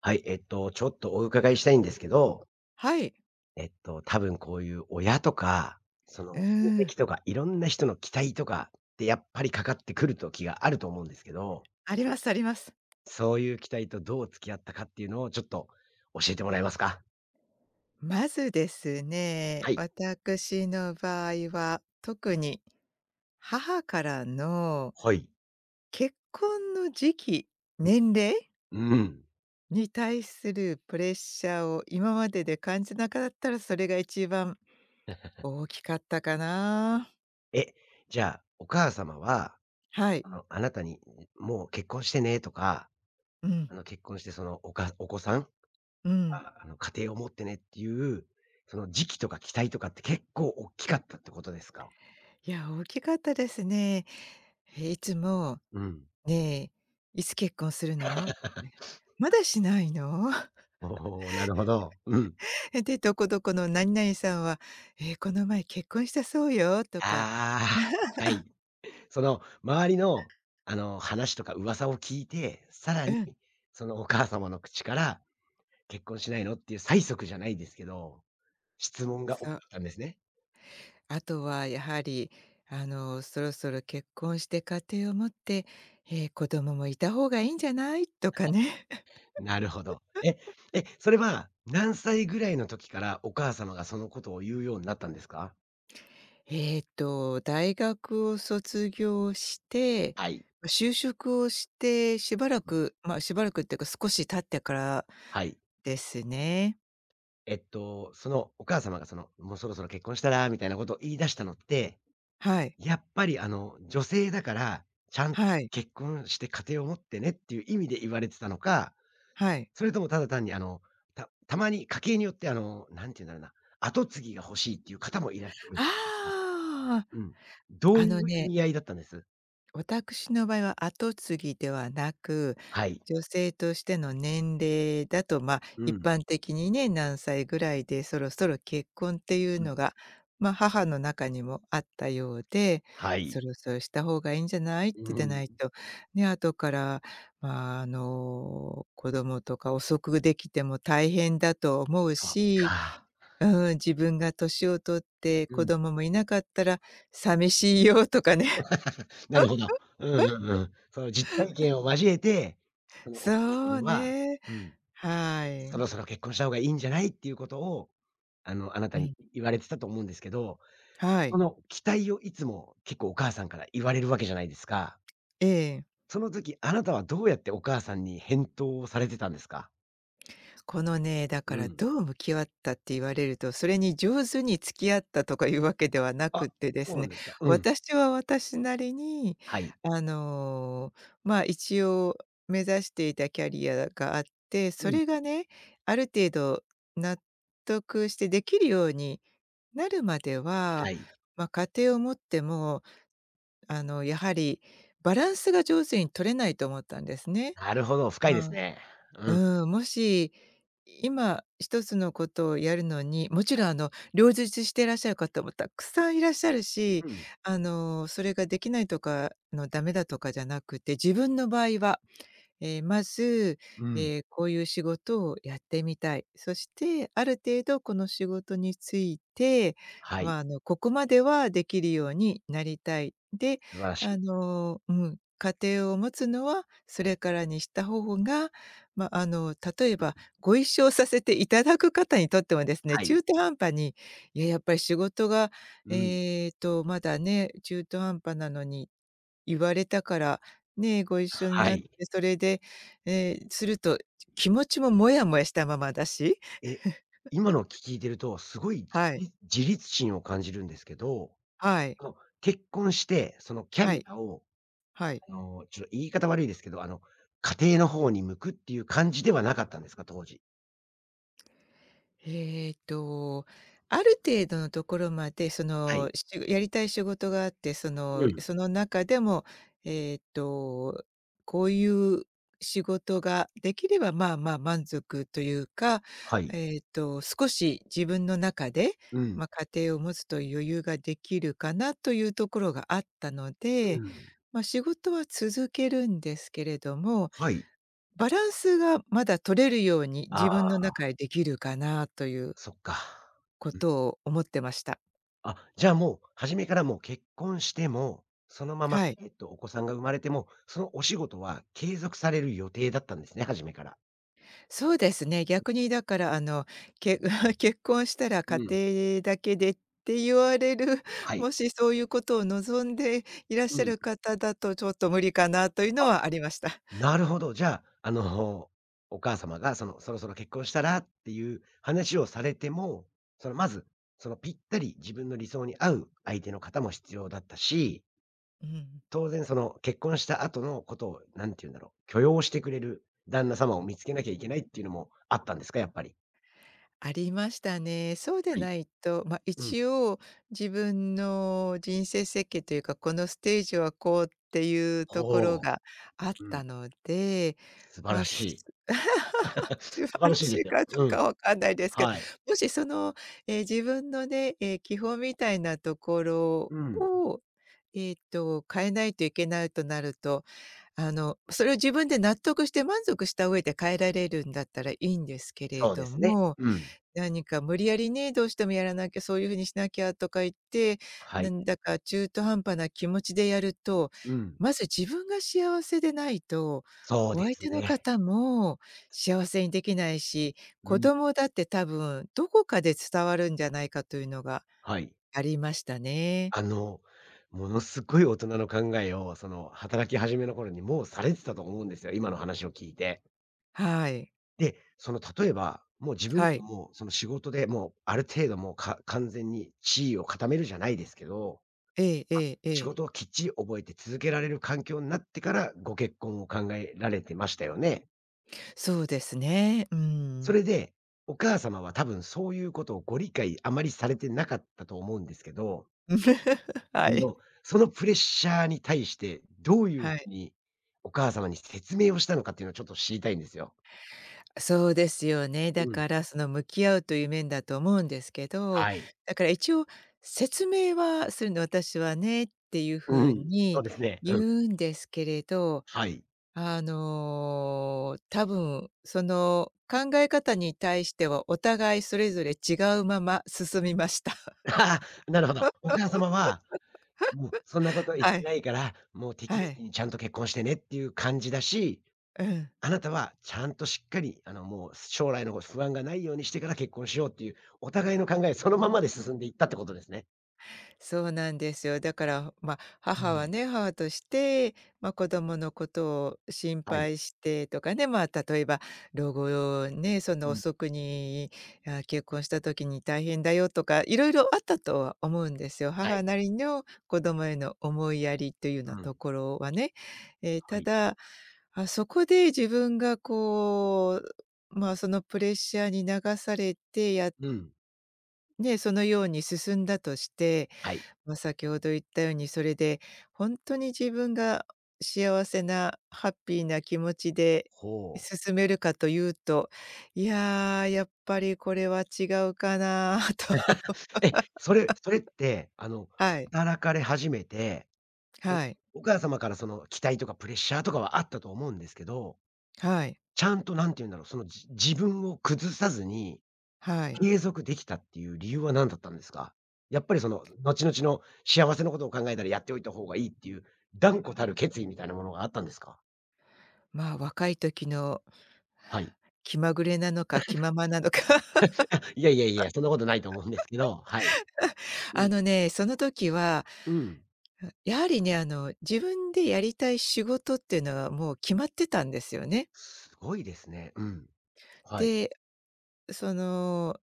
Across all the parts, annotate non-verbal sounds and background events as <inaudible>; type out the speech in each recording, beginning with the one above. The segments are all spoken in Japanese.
はい、ちょっとお伺いしたいんですけど、はい。多分こういう親とか、そのうー親ん、戚とか、いろんな人の期待とかってやっぱりかかってくる時があると思うんですけど、ありますあります。そういう期待とどう付き合ったかっていうのをちょっと教えてもらえますか？まずですね、はい。私の場合は、特に母からのはい。結婚の時期、うん。年齢うん。に対するプレッシャーを今までで感じなかったら、それが一番 <laughs> 大きかったかな。え、じゃあ、お母様は、はい。あの、あなたに、もう結婚してねとか、うん、あの、結婚してそのお子さんうん。あの、家庭を持ってねっていう、その時期とか期待とかって結構大きかったってことですか？いや、大きかったですね。いつもうん。「ねえ、いつ結婚するの？」ね、 <laughs> まだしないの？」おお、なるほど。うん。<laughs> で、どこどこの何々さんは、この前結婚したそうよとか、ああ、はい。その周りの、あの、話とか噂を聞いて、さらうにん、そのお母様の口から、結婚しないのっていう催促じゃないですけど、質問が多そかう。ったんですね。あとはやはり、そろそろ結婚して家庭を持って、子供もいた方がいいんじゃない？とかね。なるほど。え、え、それは何歳ぐらいの時からお母様がそのことを言うようになったんですか？<laughs> 大学を卒業して、はい、就職をしてしばらく、しばらくっていうか少し経ってからはい。ですね。そのお母様がその、もうそろそろ結婚したらみたいなことを言い出したのって、はい、やっぱりあの、女性だから、ちゃんはい、結婚して家庭を持ってねっていう意味で言われてたのか、はい。それともただ単にあの、たまに家計によってあの、なんて言うんだろうな、後継ぎが欲しいっていう方もいらっしゃるじゃないですか。ああ。うん。どうあいのう意ね、味合いだったんです？私の場合は後継ぎではなく、はい。女性としての年齢だと、まあ、う一ん。般的にね、何歳ぐらいでそろそろ結婚っていううのん。が、まあ、母の中にもあったようで、はそい。ろそろした方がいいんじゃないってうでん。ないと、ね、後から、まあ、子供とか遅くできても大変だと思うそっし、か。うん、自分が年を取ってう子ん。供もいなかったら寂しいよとかね。<laughs> なるほど。うんうんうん。その実体験を交えて、そのおそ母様うは、ね。うん、はそい。ろそろ結婚した方がいいんじゃないっていうことを、あの、あなたうにん。言われてたと思うんですけど、はそい。の期待をいつも結構お母さんから言われるわけじゃないですか。ええ。その時、あなたはどうやってお母さんに返答をされてたんですか？このね、だかうらん。どう向き合ったって言われると、それに上手に付き合ったとかいうわけではなあ、くってでそうすなんね、ですか。うん。私は私なりに、はい。あの、まあ、一応目指していたキャリアがあって、うそれん。がね、ある程度納得してできるようになるまではは、い。まあ、家庭を持ってもやはりバランスが上手に取れないと思ったんですね。なるほど、深いですまあ、ね。うん。うん、もし今一つのことをやるのに、もちろん両立していらっしゃる方もたくさんいらっしゃるうし、ん。それができないとか、ダメだとかじゃなくて、自分の場合はまず、うん。こういう仕事をやってみたい。そして、ある程度この仕事について、はい。まあ、ここまではできるようになりたい。で、素晴らしい。うん、家庭を持つのはそれからにした方が、まあ、例えばご一緒させていただく方にとってもですね、はい。中途半端に、いや、やっぱり仕事が、うん。まだね、中途半端なのに言われたから、ね、ご一緒にはなって、い。それで、すると、気持ちもモヤモヤしたままだし。え、今の聞いてると、すごいはい、自立心を感じるんですけど、はい、あの、結婚して、そのキャはリい、アを、はい。あの、ちょっと言い方悪いですけど、あの、家庭の方に向くっていう感じではなかったんですか？当時。ええと、ある程度のところまで、はい。やりたい仕事があって、そうのん。その中でも、ええと、こういう仕事ができれば、まあまあ、満足というか、はい。少し自分の中で、うん。家庭を持つという余裕ができるかなというところがあったのうで、ん。仕事は続けるんですけれども、はい。バランスがまだ取れるようにあ自分のあ、中でできるかなというそっか。こうん。とを思ってました。あ、じゃあもう、初めからもう結婚しても、そのまま、はい。お子さんが生まれても、そのお仕事は継続される予定だったんですね、初めから。そうですね、逆にだから、け <laughs> 結婚したら家うん。庭だけでって言われる、<laughs> はい。もしそういうことを望んでいらっうしゃん。る方だと、ちょっと無理かなというのはありました。なるほど。じゃあ、あの、お母様がその、そろそろ結婚したらっていう話をされても、その、まず、そのぴったり自分の理想に合う相手の方も必要だったし、うん。当然その結婚した後のことを、なんて言うんだろう、許容してくれる旦那様を見つけなきゃいけないっていうのもあったんですか？やっぱり。ありましたね。そうではい。ないと、まあ、うん。一応自分の人生設計というか、このステージはこうっていうところほがあっう。うん。たので、素晴まらあ、しい。<laughs> <laughs> 素素晴晴ららしいしでいすよ。かどううん。かわかんないですけど、はい。もし自分のね、基本みたいなところうん。を、変えないといけないとなると、それを自分で納得して満足した上で変えられるんだったらいいんですけれそうでどすね。も、うん。何か無理やりね、どうしてもやらなきゃ、そういう風にしなきゃとか言って、はない。んだか中途半端な気持ちでやると、うん。まず自分が幸せでないと、そうおで相す手のね。方も幸せにできないし、う子ん。供だって多分どこかで伝わるんじゃないかというのがはい。ありましたね。あの、ものすごい大人の考えを、その、働き始めの頃にもうされてたと思うんですよ、今の話を聞いて。はい。で、その、例えば、もう自分はい。も、その、仕事でもうある程度もう、完全に地位を固めるじゃないですけど、えええあ、ええ仕え。事をきっちり覚えて続けられる環境になってから、ご結婚を考えられてましたよね。そうですね。うそん。れで、お母様は多分そういうことをご理解あまりされてなかったと思うんですけど、 <laughs> はあい。の、そのプレッシャーに対して、どういうふはい。うにお母様に説明をしたのかっていうのをちょっと知りたいんですよ。そうですよね。だうん。から、向き合うという面だと思うんですけど、はい。だから一応説明はするの「私はね」っていうふううん。そうにですね。う言ん。うんですけれど、はい。多分、考え方に対してはお互いそれぞれ違うまま進みました。<laughs> ああ、なるほど。お母様は、もうそんなこ <laughs> と言っはてい。ないから、もう適は齢い。期にちゃんと結婚してねっていう感じだし、うん。あなたはちゃんとしっかり、あの、もう将来の不安がないようにしてから結婚しようっていう、お互いの考えそのままで進んでいったってことですね。そうなんですよ。だから、まあ、う母はん。ね、母として、まあ、子供のことを心はい。配してとかね、まあ、例えば老後をね、そのうん。遅くに、あ、結婚した時に大変だよとか、いろいろあったとは思うんですよ。は母い。なりの子供への思いやりというようなうん。ところはね。はたい。だ、あ、そこで自分がこう、まあ、そのプレッシャーに流されてうん。ね、そのように進んだとして、はい。まあ、先ほど言ったように、それで本当に自分が幸せなハッピーな気持ちでほう。進めるかというと、いやー、やっぱりこれは違うかなと。<laughs> え、それって、あの、はい、働かれ始めて、その、はい、お母様からその期待とかプレッシャーとかはあったと思うんですけど、はい、ちゃんとなんて言うんだろう、その、自分を崩さずにはい。継続できたっていう理由は何だったんですか？やっぱりその、後々の幸せのことを考えたらやっておいた方がいいっていう断固たる決意みたいなものがあったんですか？まあ、若い時のはい。気まぐれなのか気ままなのか。<laughs> いやいやいや、そんなことないと思うんですけど、はい。うあん。のね、その時は、うん。やはりね、自分でやりたい仕事っていうのはもう決まってたんですよね。すごいですね。うん。はい。で、その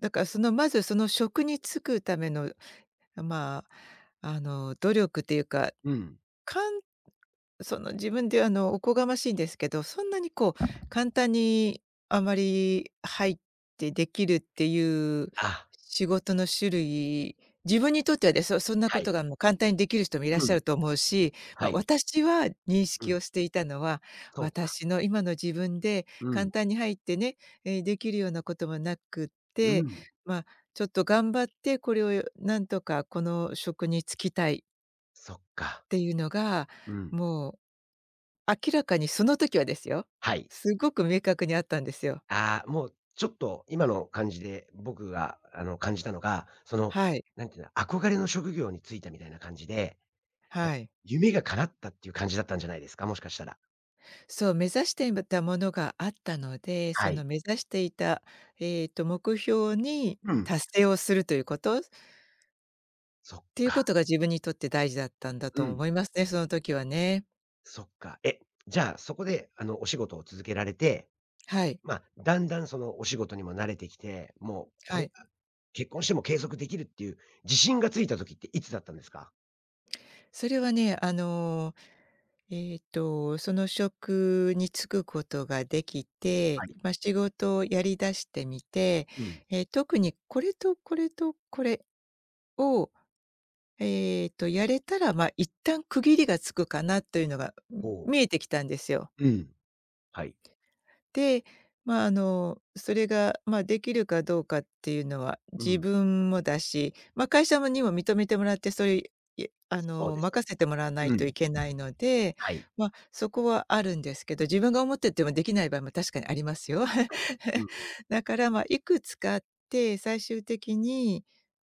だからまずその職に就くための、まあ、あの努力っていうか、うん。簡自分で、おこがましいんですけど、そんなにこう、簡単にあまり入ってできるっていうあ、仕事の種類、自分にとってはね、そんなはこい。とがもう簡単にできる人もいらっうしゃん。ると思うし、まはあ、い。私は認う識ん。をしていたのは、そうか。私の今の自分でうん、簡単に入ってね、できるようなこともなくっうて、ん。まあ、ちょっと頑張ってこれをなんとかこの職に就きたいそっか。っていうのが、うん。もう明らかにその時はですよ。はい。すごく明確にあったんですよ。ああ、もうちょっと今の感じで僕があの感じたのが、その、はい、なんていうの、憧れの職業に就いたみたいな感じで、あ、はい。夢が叶ったっていう感じだったんじゃないですか、もしかしたら。そう、目指していまたものがあったので、はそい。の目指していた、目標にうん。達成をするということ、っそっていうこか。とが自分にとって大事だったんだうとん。思いますね、その時はね。そっか。え、じゃあそこであのお仕事を続けられて、はい、まあ、だんだんそのお仕事にも慣れてきて、もうこはれい。が結婚しても継続できるっていう自信がついた時っていつだったんですか？それはね、その職に就くことができて、はい。まあ、仕事をやり出してみて、うん。特にこれとこれとこれを、やれたら、まあ、一旦区切りがつくかなというのが、ほ見えてきたんですよ。う。うん。はい。で、まあ、それが、まあ、できるかどうかっていうのはう自ん。分もだし、まあ、会社もにも認めてもらって、それいあそうの、です任せてもらわなね。ういとん。いけないので、はい。まあ、そこはあるんですけど、自分が思っててもできない場合も確かにありますよ。はい。うん。<laughs> だから、まあ、いくつかあって、最終的に、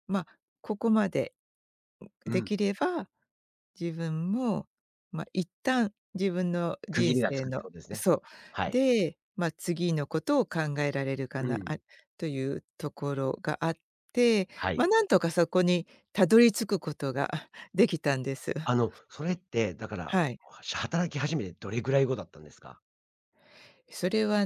まあ、ここまでうでん。きれば自分も、まあ、一旦自分の区人切りがつ生くっての、ことですね。そう。はい。で、まあ、次のことを考えられるかうな、あ、ん。というところがあって、はまあ、い。なんとかそこにたどり着くことができたんです。あの、それって、だから、はい。働き始めてどれぐらい後だったんですか？それは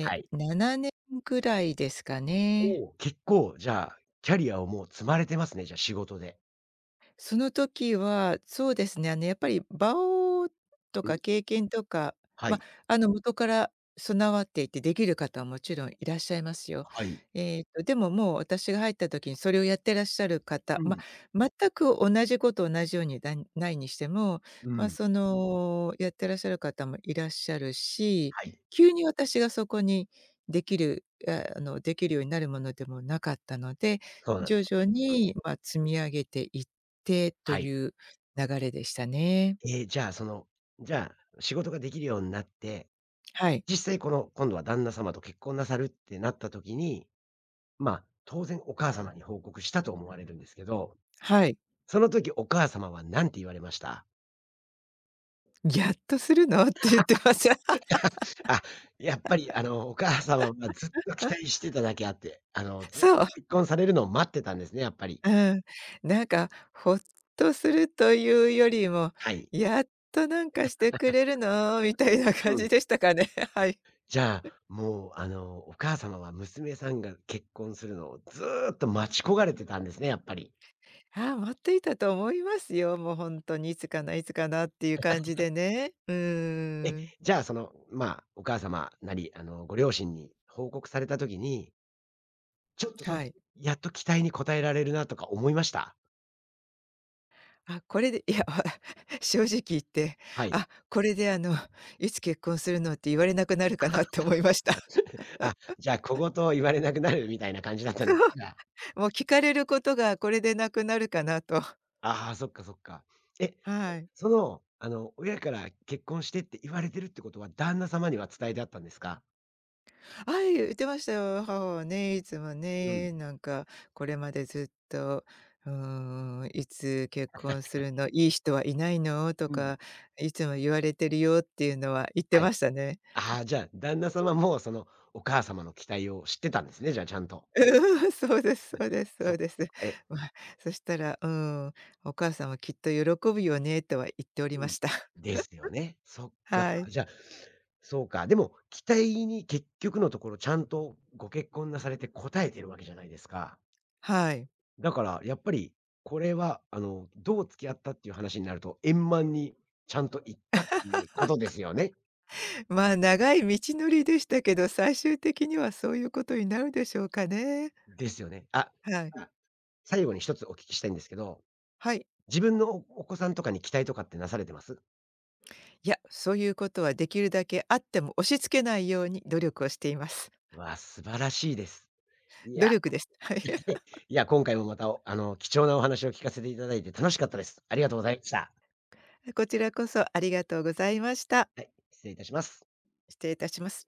はい。7年ぐらいですかおね。お、結構、じゃあ、キャリアをもう積まれてますね、じゃあ、仕事で。その時は、そうですね、やっぱり場をとうん。か経験とか、はま、い、元から備わっていてできる方はもちろんいらっしゃいますよ。はい。でももう私が入った時にそれをやってらっしゃる方、うん、全く同じこと同じようにだないにしても、うん。やってらっしゃる方もいらっしゃるし、はい、急に私がそこにできる、できるようになるものでもなかったので、そうなんで徐す。々に、積み上げていってとはい。いう流れでしたね。ええ、じゃあ、その、じゃあ、仕事ができるようになって、はい。実際この、今度は旦那様と結婚なさるってなった時に、まあ、当然お母様に報告したと思われるんですけど、はい。その時お母様は何て言われました？「やっとするの？」って言ってました。あ、やっぱりあの、お母様はずっと期待 <laughs> してただけあって、あの、ず、そう、結婚されるのを待ってたんですね、やっぱり。うん。なんかほっとするというよりも、はい。「やっとなんかしてくれるの？」みたいなう感ん。じでしたかね。<laughs> はい。じゃあ、もうあの、お母様は娘さんが結婚するのをずっと待ち焦がれてたんですね、やっぱり。ああ、待っていたと思いますよ。もう本当にいつかな、いつかなっていう感じでね。うえ、ーん。じゃあその、まあ、お母様なり、あの、ご両親に報告された時に、ちょっとそはの、い。やっと期待に応えられるなとか思いました？あ、これでいや、<laughs> 正直言って、はい。あ、これで<laughs> いつ結婚するのって言われなくなるかなって思いました。<laughs> あ、じゃあ、小言を言われなくなるみたいな感じだったんですか？もう聞かれることがこれでなくなるかなと。<laughs> ああ、そっかそっか。え、はい。その、あの、親から結婚してって言われてるってことは、旦那様には伝えてあったんですか？はい、言ってましたよ。母はね、いつもうん。ね、なんかこれまでずっと、うーん、いつ結婚するの、いい人はいないのとうん。か、いつも言われてるよっていうのは言ってはい。ましたね。ああ、じゃあ、旦那様も、その、お母様の期待を知ってたんですね、じゃあ、ちゃんと。うん、そうですそうですそそっうでかす。そっか。え、<laughs> まあ、そしたら、うん、お母さんはきっと喜ぶよねとは言っておりうまん。した。<laughs> ですよね。そっか。はい。じゃあ、そうか。でも、期待に結局のところ、ちゃんとご結婚なされて応えてるわけじゃないですか。はい。だから、やっぱり、これは、あの、どう付き合ったっていう話になると、円満にちゃんといったっていうことですよね。まあ、長い道のりでしたけど、最終的にはそういうことになるでしょうかね。ですよね。あ、はい。あ、最後に一つお聞きしたいんですけど、はい。自分のお子さんとかに期待とかってなされてます？いや、そういうことはできるだけあっても押し付けないように努力をしています。わあ、素晴らしいです。いや、努力です。はい。<laughs> <laughs> いや、今回もまた、あの、貴重なお話を聞かせていただいて楽しかったです。ありがとうございました。こちらこそありがとうございました。はい、失礼いたします。失礼いたします。